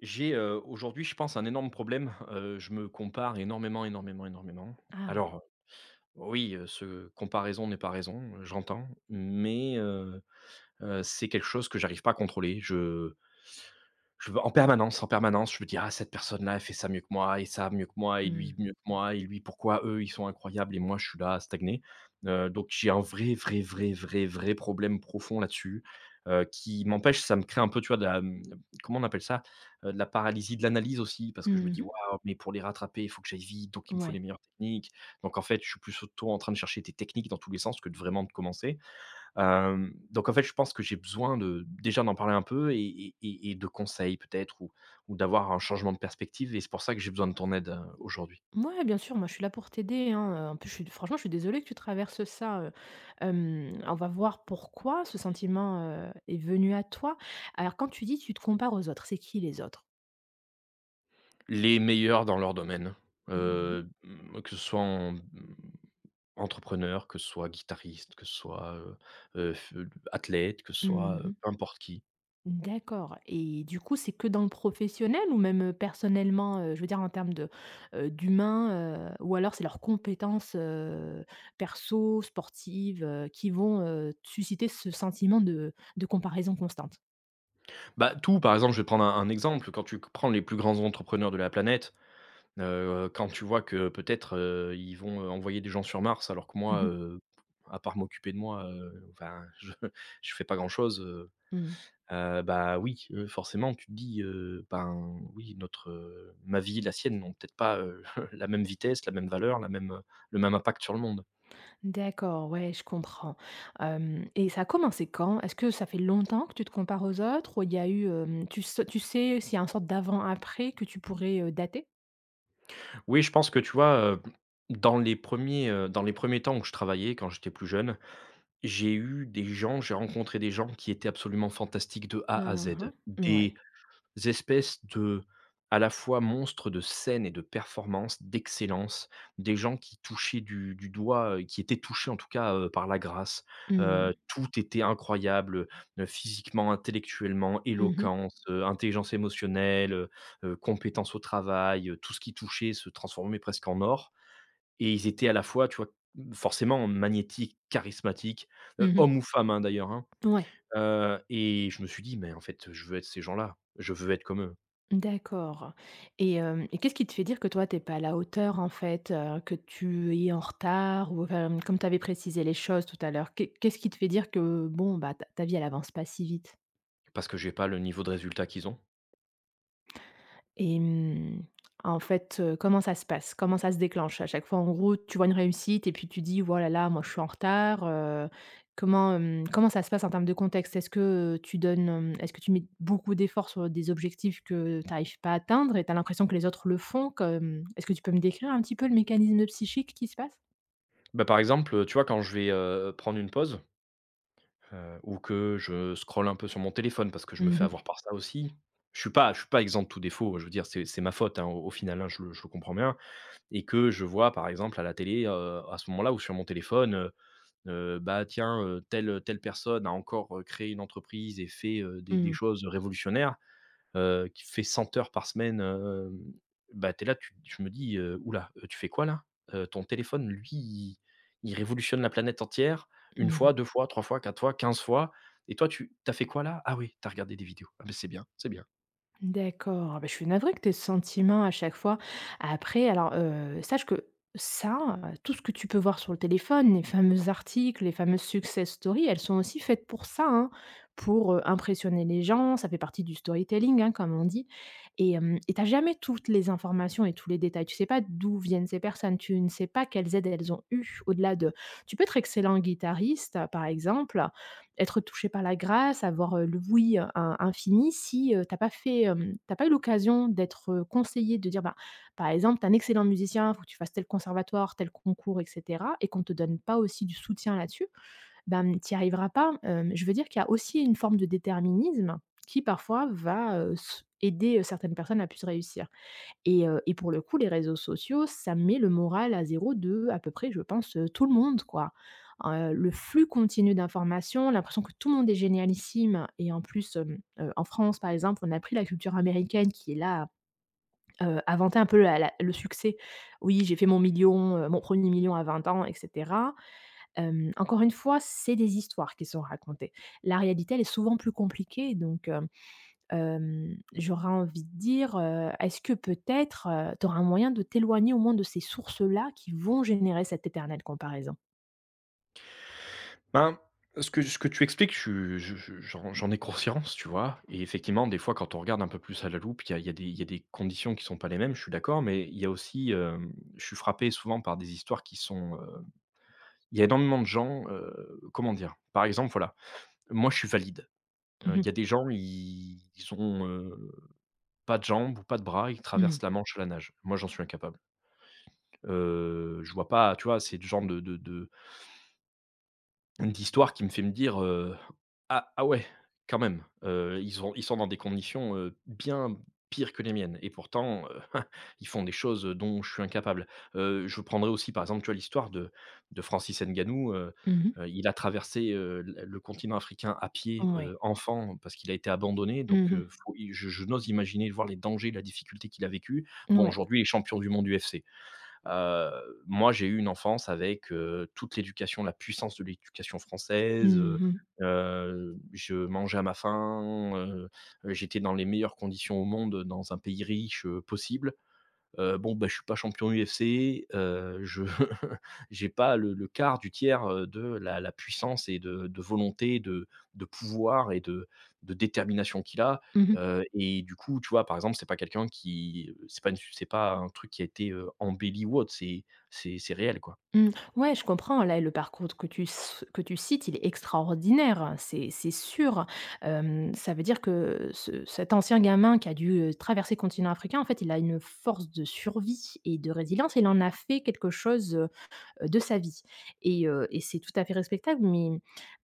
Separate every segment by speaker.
Speaker 1: J'ai, aujourd'hui, je pense, un énorme problème, je me compare énormément, énormément, énormément.
Speaker 2: Ah!
Speaker 1: Alors, oui, ce comparaison n'est pas raison, j'entends, mais c'est quelque chose que j'arrive pas à contrôler. Je veux en permanence, je me dis: «Ah cette personne-là, elle fait ça mieux que moi et ça mieux que moi et lui
Speaker 2: Mmh.
Speaker 1: mieux que moi et lui pourquoi eux ils sont incroyables et moi je suis là à stagner?» Donc j'ai un vrai, vrai, vrai, vrai, vrai problème profond là-dessus, qui m'empêche ça me crée un peu, tu vois, de la, comment on appelle ça? De la paralysie de l'analyse aussi parce que je me
Speaker 2: Mmh
Speaker 1: dis:
Speaker 2: mh.
Speaker 1: «Waouh, mais pour les rattraper, il faut que j'aille vite, donc il me faut les
Speaker 2: Ouais.
Speaker 1: meilleures techniques». Donc en fait, je suis plus autant en train de chercher des techniques dans tous les sens que de vraiment de commencer. Donc en fait, je pense que j'ai besoin de déjà d'en parler un peu et de conseils peut-être ou d'avoir un changement de perspective et c'est pour ça que j'ai besoin de ton aide, aujourd'hui.
Speaker 2: Mouais, bien sûr, moi, je suis là pour t'aider, hein, en plus, je suis franchement, je suis désolée que tu traverses ça, on va voir pourquoi ce sentiment, est venu à toi. Alors quand tu dis: «Tu te compares aux autres», c'est qui les autres?
Speaker 1: Les meilleurs dans leur domaine,
Speaker 2: Mmh mh.
Speaker 1: mmh, que ce soit en, entrepreneur, que ce soit guitariste, que ce soit, f athlète, que ce
Speaker 2: Mmh
Speaker 1: soit,
Speaker 2: mh.
Speaker 1: peu importe qui.
Speaker 2: D'accord, et du coup, c'est que dans le professionnel ou même, personnellement, je veux dire en termes de, d'humain, ou alors c'est leurs compétences, perso, sportives, qui vont, susciter ce sentiment de comparaison constante?
Speaker 1: Bah, tout, par exemple, je vais prendre un exemple, quand tu prends les plus grands entrepreneurs de la planète. Quand tu vois que peut-être, ils vont, envoyer des gens sur Mars alors que
Speaker 2: Mmh
Speaker 1: moi,
Speaker 2: mh.
Speaker 1: à part m'occuper de moi, enfin je fais pas grand-chose.
Speaker 2: Mmh.
Speaker 1: Bah, oui, forcément tu te dis, ben, oui notre, ma vie, la sienne n'ont peut-être pas, la même vitesse, la même valeur, la même, le même impact sur le monde.
Speaker 2: D'accord, ouais, je comprends. Hem, et ça a commencé quand? Est-ce que ça fait longtemps que tu te compares aux autres, ou il y a eu, hem, tu sais s'il y a une sorte d'avant-après que tu pourrais, dater?
Speaker 1: Oui, je pense que tu vois, dans les premiers temps où je travaillais quand j'étais plus jeune, j'ai rencontré des gens qui étaient absolument fantastiques de A à
Speaker 2: Hein
Speaker 1: Z.
Speaker 2: hein. Ouais.
Speaker 1: Des espèces de, à la fois monstres de scène et de performance, d'excellence, des gens qui touchaient du doigt, qui étaient touchés en tout cas, par la grâce.
Speaker 2: Mmh.
Speaker 1: Tout était incroyable, physiquement, intellectuellement,
Speaker 2: Mmh mh.
Speaker 1: éloquence, intelligence émotionnelle, compétence au travail, tout ce qui touchait se transformait presque en or, et ils étaient à la fois, tu vois, forcément magnétiques, charismatiques,
Speaker 2: Mmh.
Speaker 1: hommes ou femmes, hein, d'ailleurs, hein.
Speaker 2: Ouais.
Speaker 1: Et je me suis dit: «Mais en fait, je veux être ces gens-là, je veux être comme eux».
Speaker 2: D'accord, et hem, et qu'est-ce qui te fait dire que toi, t'es pas à la hauteur, en fait, que tu es en retard, ou enfin, comme tu avais précisé les choses tout à l'heure, qu'est-ce qui te fait dire que, bon, bah, ta vie, elle avance pas si vite?
Speaker 1: Parce que j'ai pas le niveau de résultat qu'ils ont.
Speaker 2: Et mmh, en fait, comment ça se passe? Comment ça se déclenche? À chaque fois, en gros, tu vois une réussite et puis tu dis: voilà, là moi je suis en retard», comment, comment ça se passe en termes de contexte? Est-ce que, tu donnes, est-ce que tu mets beaucoup d'efforts sur des objectifs que tu n'arrives pas à atteindre et tu as l'impression que les autres le font? Comme est-ce que tu peux me décrire un petit peu le mécanisme psychique qui se passe?
Speaker 1: Bah, par exemple, tu vois, quand je vais, prendre une pause, ou que je scrolle un peu sur mon téléphone parce que je me
Speaker 2: Mmh
Speaker 1: fais avoir
Speaker 2: mh.
Speaker 1: par ça aussi. Je suis pas exempt de tout défaut, je veux dire, c'est ma faute, hein, au final, hein, je le comprends bien, et que je vois, par exemple, à la télé, à ce moment-là ou sur mon téléphone, bah, tiens, telle personne a encore, créé une entreprise et fait, des
Speaker 2: Mmh.
Speaker 1: choses révolutionnaires, qui fait 100 heures par semaine. Bah, t'es là, tu je me dis: «Ouh là, tu fais quoi là?» Ton téléphone, lui, il révolutionne la planète entière, une
Speaker 2: Mmh.
Speaker 1: fois, 2 fois, 3 fois, 4 fois, 15 fois, et toi, tu t'as fait quoi là? Ah oui, t'as regardé des vidéos. Ah beh, c'est bien, c'est bien.
Speaker 2: D'accord. Ah bah, je suis navrée que tes sentiments à chaque fois. Après, alors, sache que ça, tout ce que tu peux voir sur le téléphone, les fameux articles, les fameuses success stories, elles sont aussi faites pour ça, hein, pour, impressionner les gens. Ça fait partie du storytelling, hein, comme on dit, et hem, et t'as jamais toutes les informations et tous les détails. Tu sais pas d'où viennent ces personnes, tu ne sais pas quelles aides elles ont eues au-delà de tu peux être excellent guitariste, par exemple, être touché par la grâce, avoir, le «oui», in infini si, tu pas fait, tu pas eu l'occasion d'être, conseillé, de dire, bah, par exemple: t'es un excellent musicien, faut que tu fasses tel conservatoire, tel concours et cetera» et qu'on te donne pas aussi du soutien là-dessus, ben, mmh, tu y arriveras pas. Hem, je veux dire qu'il y a aussi une forme de déterminisme qui parfois va, s aider certaines personnes à plus réussir. Et heu, et pour le coup, les réseaux sociaux, ça met le moral à zéro de à peu près, je pense, tout le monde, quoi. Le flux continu d'informations, l'impression que tout le monde est génialissime, et en plus, en France, par exemple, on a pris la culture américaine qui est là, inventait un peu la la le succès. «Oui, j'ai fait mon million, mon premier million à 20 ans» et cetera. Hem, encore une fois, c'est des histoires qui sont racontées. La réalité, elle est souvent plus compliquée, donc hem. Hem, j'aurais envie de dire, est-ce que peut-être, tu auras un moyen de t'éloigner au moins de ces sources-là qui vont générer cette éternelle comparaison?
Speaker 1: Ben, ce que tu expliques, je suis- je j'en j'en ai conscience, tu vois? Et effectivement, des fois, quand on regarde un peu plus à la loupe, il y a des conditions qui sont pas les mêmes, je suis d'accord, mais il y a aussi, je suis frappé souvent par des histoires qui sont, il y a énormément de gens, comment dire? Par exemple, voilà, moi je suis valide.
Speaker 2: Mmh
Speaker 1: Il y
Speaker 2: mh.
Speaker 1: a des gens, ils ont, pas de jambes ou pas de bras, ils
Speaker 2: Mmh.
Speaker 1: traversent la Manche à la nage. Moi, j'en suis incapable. Je vois pas, tu vois? C'est le genre de d'histoire qui me fait me dire, ouais, quand même, ils sont dans des conditions, bien pires que les miennes et pourtant, heu, ils font des choses, dont je suis incapable. Je prendrai aussi, par exemple, tu vois, l'histoire de Francis Ngannou.
Speaker 2: Mmh.
Speaker 1: Il a traversé, l le continent africain à pied,
Speaker 2: Ouais.
Speaker 1: enfant, parce qu'il a été abandonné. Donc
Speaker 2: Mmh.
Speaker 1: faut je n'ose imaginer voir les dangers, la difficulté qu'il a vécu. Bon,
Speaker 2: Ouais.
Speaker 1: aujourd'hui, il est champion du monde UFC. Moi, j'ai eu une enfance avec, toute l'éducation, la puissance de l'éducation française,
Speaker 2: Mmh mh.
Speaker 1: je mangeais à ma faim, j'étais dans les meilleures conditions au monde, dans un pays riche, possible. Bon, bah, je suis pas champion UFC, je j'ai pas le quart du tiers, de la puissance et de volonté, de pouvoir et de détermination qu'il a.
Speaker 2: Mmh.
Speaker 1: Et du coup, tu vois, par exemple, c'est pas quelqu'un qui, c'est pas un truc qui a été, embelli ou autre, c'est réel, quoi.
Speaker 2: Mmh. Ouais, je comprends, là, le parcours que tu cites, il est extraordinaire, hein, c'est sûr. Hem, ça veut dire que ce cet ancien gamin qui a dû, traverser le continent africain, en fait, il a une force de survie et de résilience. Il en a fait quelque chose, de sa vie, et heu, et c'est tout à fait respectable, mais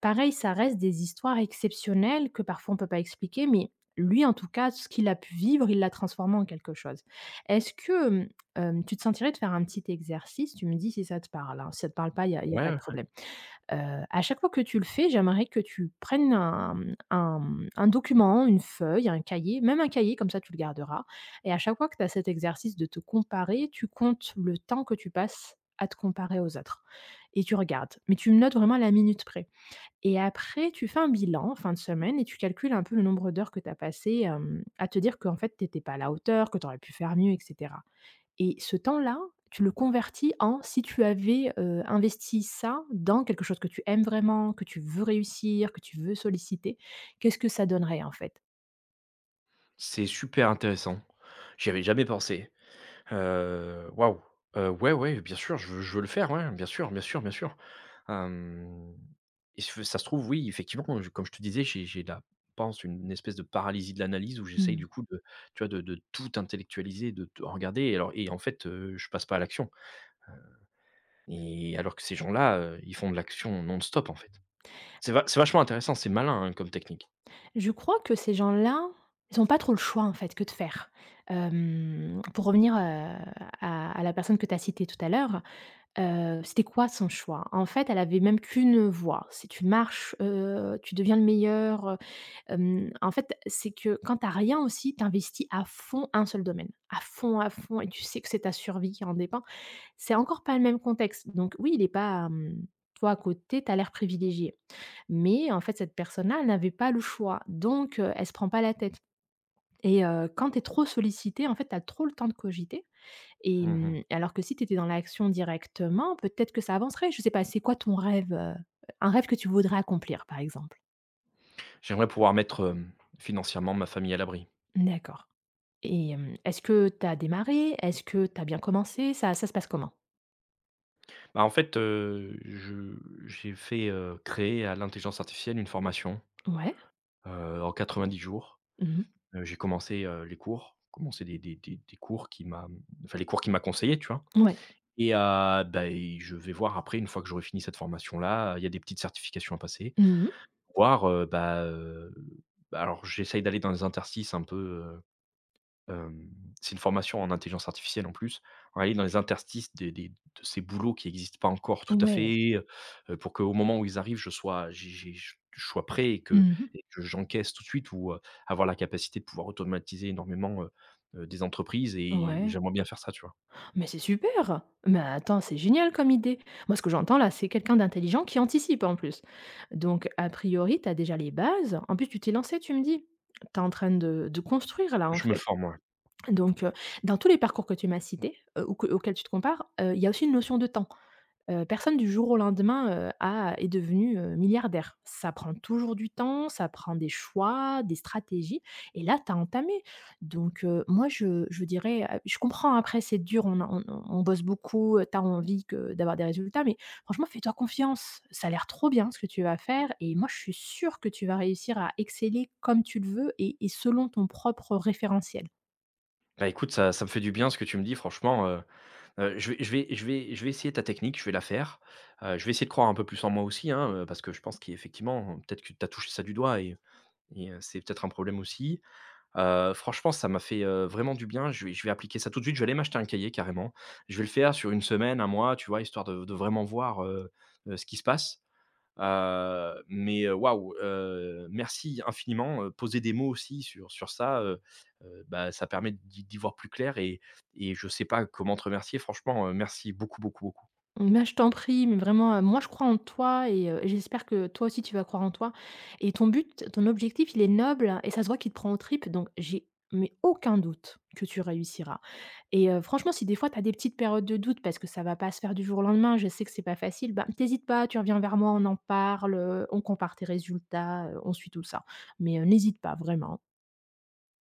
Speaker 2: pareil, ça reste des histoires exceptionnelles que parfois on ne peut pas expliquer, mais lui, en tout cas, ce qu'il a pu vivre, il l'a transformé en quelque chose. Est-ce que, tu te sentirais de faire un petit exercice? Tu me dis si ça te parle, hein. Si ça ne te parle pas, il y a
Speaker 1: Ouais, ouais,
Speaker 2: pas de
Speaker 1: ouais.
Speaker 2: problème. À chaque fois que tu le fais, j'aimerais que tu prennes un, mmh, un, mmh, un document, une feuille, un cahier, même un cahier, comme ça tu le garderas, et à chaque fois que tu as cet exercice de te comparer, tu comptes le temps que tu passes à te comparer aux autres et tu regardes. Mais tu notes vraiment à la minute près, et après tu fais un bilan fin de semaine et tu calcules un peu le nombre d'heures que tu as passées, hem, à te dire qu'en fait, tu étais pas à la hauteur, que tu aurais pu faire mieux et cetera. Et ce temps-là, tu le convertis en si tu avais, investi ça dans quelque chose que tu aimes vraiment, que tu veux réussir, que tu veux solliciter, qu'est-ce que ça donnerait, en fait?
Speaker 1: C'est super intéressant. J'y avais jamais pensé. Waouh! Ouais, ouais, bien sûr, je veux le faire, ouais, bien sûr, bien sûr, bien sûr. Hem et se ça se trouve, oui, effectivement, comme je te disais, j'ai la pense une espèce de paralysie de l'analyse où j'essaye du
Speaker 2: Mmh.
Speaker 1: coup de, tu vois, de tout intellectualiser, de tout regarder, et en fait, je passe pas à l'action, et alors que ces gens-là, ils font de l'action non-stop, en fait. C'est vachement intéressant, c'est malin, hein, comme technique.
Speaker 2: Je crois que ces gens-là, ils n'ont pas trop le choix, en fait, que de faire. Hem, pour revenir, à la personne que tu as citée tout à l'heure, c'était quoi son choix? En fait, elle avait même qu'une voie. C'est tu marches, tu deviens le meilleur. Hem, en fait, c'est que quand t'as rien aussi, t'investis à fond un seul domaine, à fond, à fond, et tu sais que c'est ta survie qui en dépend. C'est encore pas le même contexte. Donc oui, il est pas, hem, toi à côté, t'as l'air privilégié. Mais en fait, cette personne-là, elle n'avait pas le choix, donc elle se prend pas la tête, et quand t'es trop sollicité, en fait, t'as trop le temps de cogiter, et
Speaker 1: Mmh
Speaker 2: mmh, alors que si t'étais dans l'action directement, peut-être que ça avancerait. Je sais pas, c'est quoi ton rêve, un rêve que tu voudrais accomplir, par exemple?
Speaker 1: J'aimerais pouvoir mettre, financièrement ma famille à l'abri.
Speaker 2: D'accord. Et hem, est-ce que tu as démarré? Est-ce que tu as bien commencé? Ça se passe comment?
Speaker 1: Bah, en fait, je j'ai fait, créer à l'intelligence artificielle une formation,
Speaker 2: Ouais.
Speaker 1: en 10 jours.
Speaker 2: Mmh
Speaker 1: J'ai commencé, les cours, commencé des cours qui m'a, enfin, les cours qui m'a conseillé, tu vois?
Speaker 2: mh. Ouais.
Speaker 1: Et bah, et je vais voir après, une fois que j'aurai fini cette formation-là, il y a des petites certifications à passer.
Speaker 2: Mmh mh.
Speaker 1: Voir, bah, bah, alors j'essaye d'aller dans les interstices un peu. Hem, c'est une formation en intelligence artificielle en plus. On aller dans les interstices des de ces boulots qui n'existent pas encore tout à
Speaker 2: Ouais.
Speaker 1: fait, pour qu'au moment où ils arrivent, je sois j'ai je sois prêt,
Speaker 2: Mmh
Speaker 1: et
Speaker 2: mh.
Speaker 1: que j'encaisse tout de suite, ou, avoir la capacité de pouvoir automatiser énormément, des entreprises, et
Speaker 2: Ouais.
Speaker 1: j'aimerais bien faire ça, tu vois?
Speaker 2: Mais c'est super! Mais attends, c'est génial comme idée. Moi, ce que j'entends là, c'est quelqu'un d'intelligent qui anticipe en plus. Donc a priori, tu as déjà les bases. En plus, tu t'es lancée, tu me dis? Tu es en train de construire là, en
Speaker 1: Je me
Speaker 2: fait.
Speaker 1: forme, ouais.
Speaker 2: Donc, dans tous les parcours que tu m'as cités, ou que auxquels tu te compares, il y a aussi une notion de temps. Personne du jour au lendemain, a est devenu, milliardaire. Ça prend toujours du temps, ça prend des choix, des stratégies, et là, tu as entamé. Donc moi je dirais, je comprends, après c'est dur, on a on bosse beaucoup, tu as envie que d'avoir des résultats, mais franchement fais-toi confiance. Ça a l'air trop bien ce que tu vas faire, et moi je suis sûre que tu vas réussir à exceller comme tu le veux, et selon ton propre référentiel.
Speaker 1: Bah, écoute, ça me fait du bien ce que tu me dis, franchement. Je vais essayer ta technique, je vais la faire. Je vais essayer de croire un peu plus en moi aussi, hein, parce que je pense qu'effectivement, peut-être que tu as touché ça du doigt, et c'est peut-être un problème aussi. Franchement, ça m'a fait, vraiment du bien. Je vais appliquer ça tout de suite. Je vais aller m'acheter un cahier, carrément. Je vais le faire sur une semaine, un mois, tu vois? Histoire de vraiment voir, ce qui se passe. Mais waouh, merci infiniment. Poser des mots aussi sur ça, bah, ça permet d'y voir plus clair, et je sais pas comment te remercier. Franchement, merci beaucoup, beaucoup, beaucoup.
Speaker 2: Mais je t'en prie, mais vraiment, moi je crois en toi, et j'espère que toi aussi tu vas croire en toi, et ton but, ton objectif, il est noble et ça se voit qu'il te prend aux tripes, donc j'ai mais aucun doute que tu réussiras, et franchement, si des fois tu as des petites périodes de doute parce que ça va pas se faire du jour au lendemain, je sais que c'est pas facile, bah, tu pas, tu reviens vers moi, on en parle, on compare tes résultats, on suit tout ça. Mais n'hésite pas vraiment.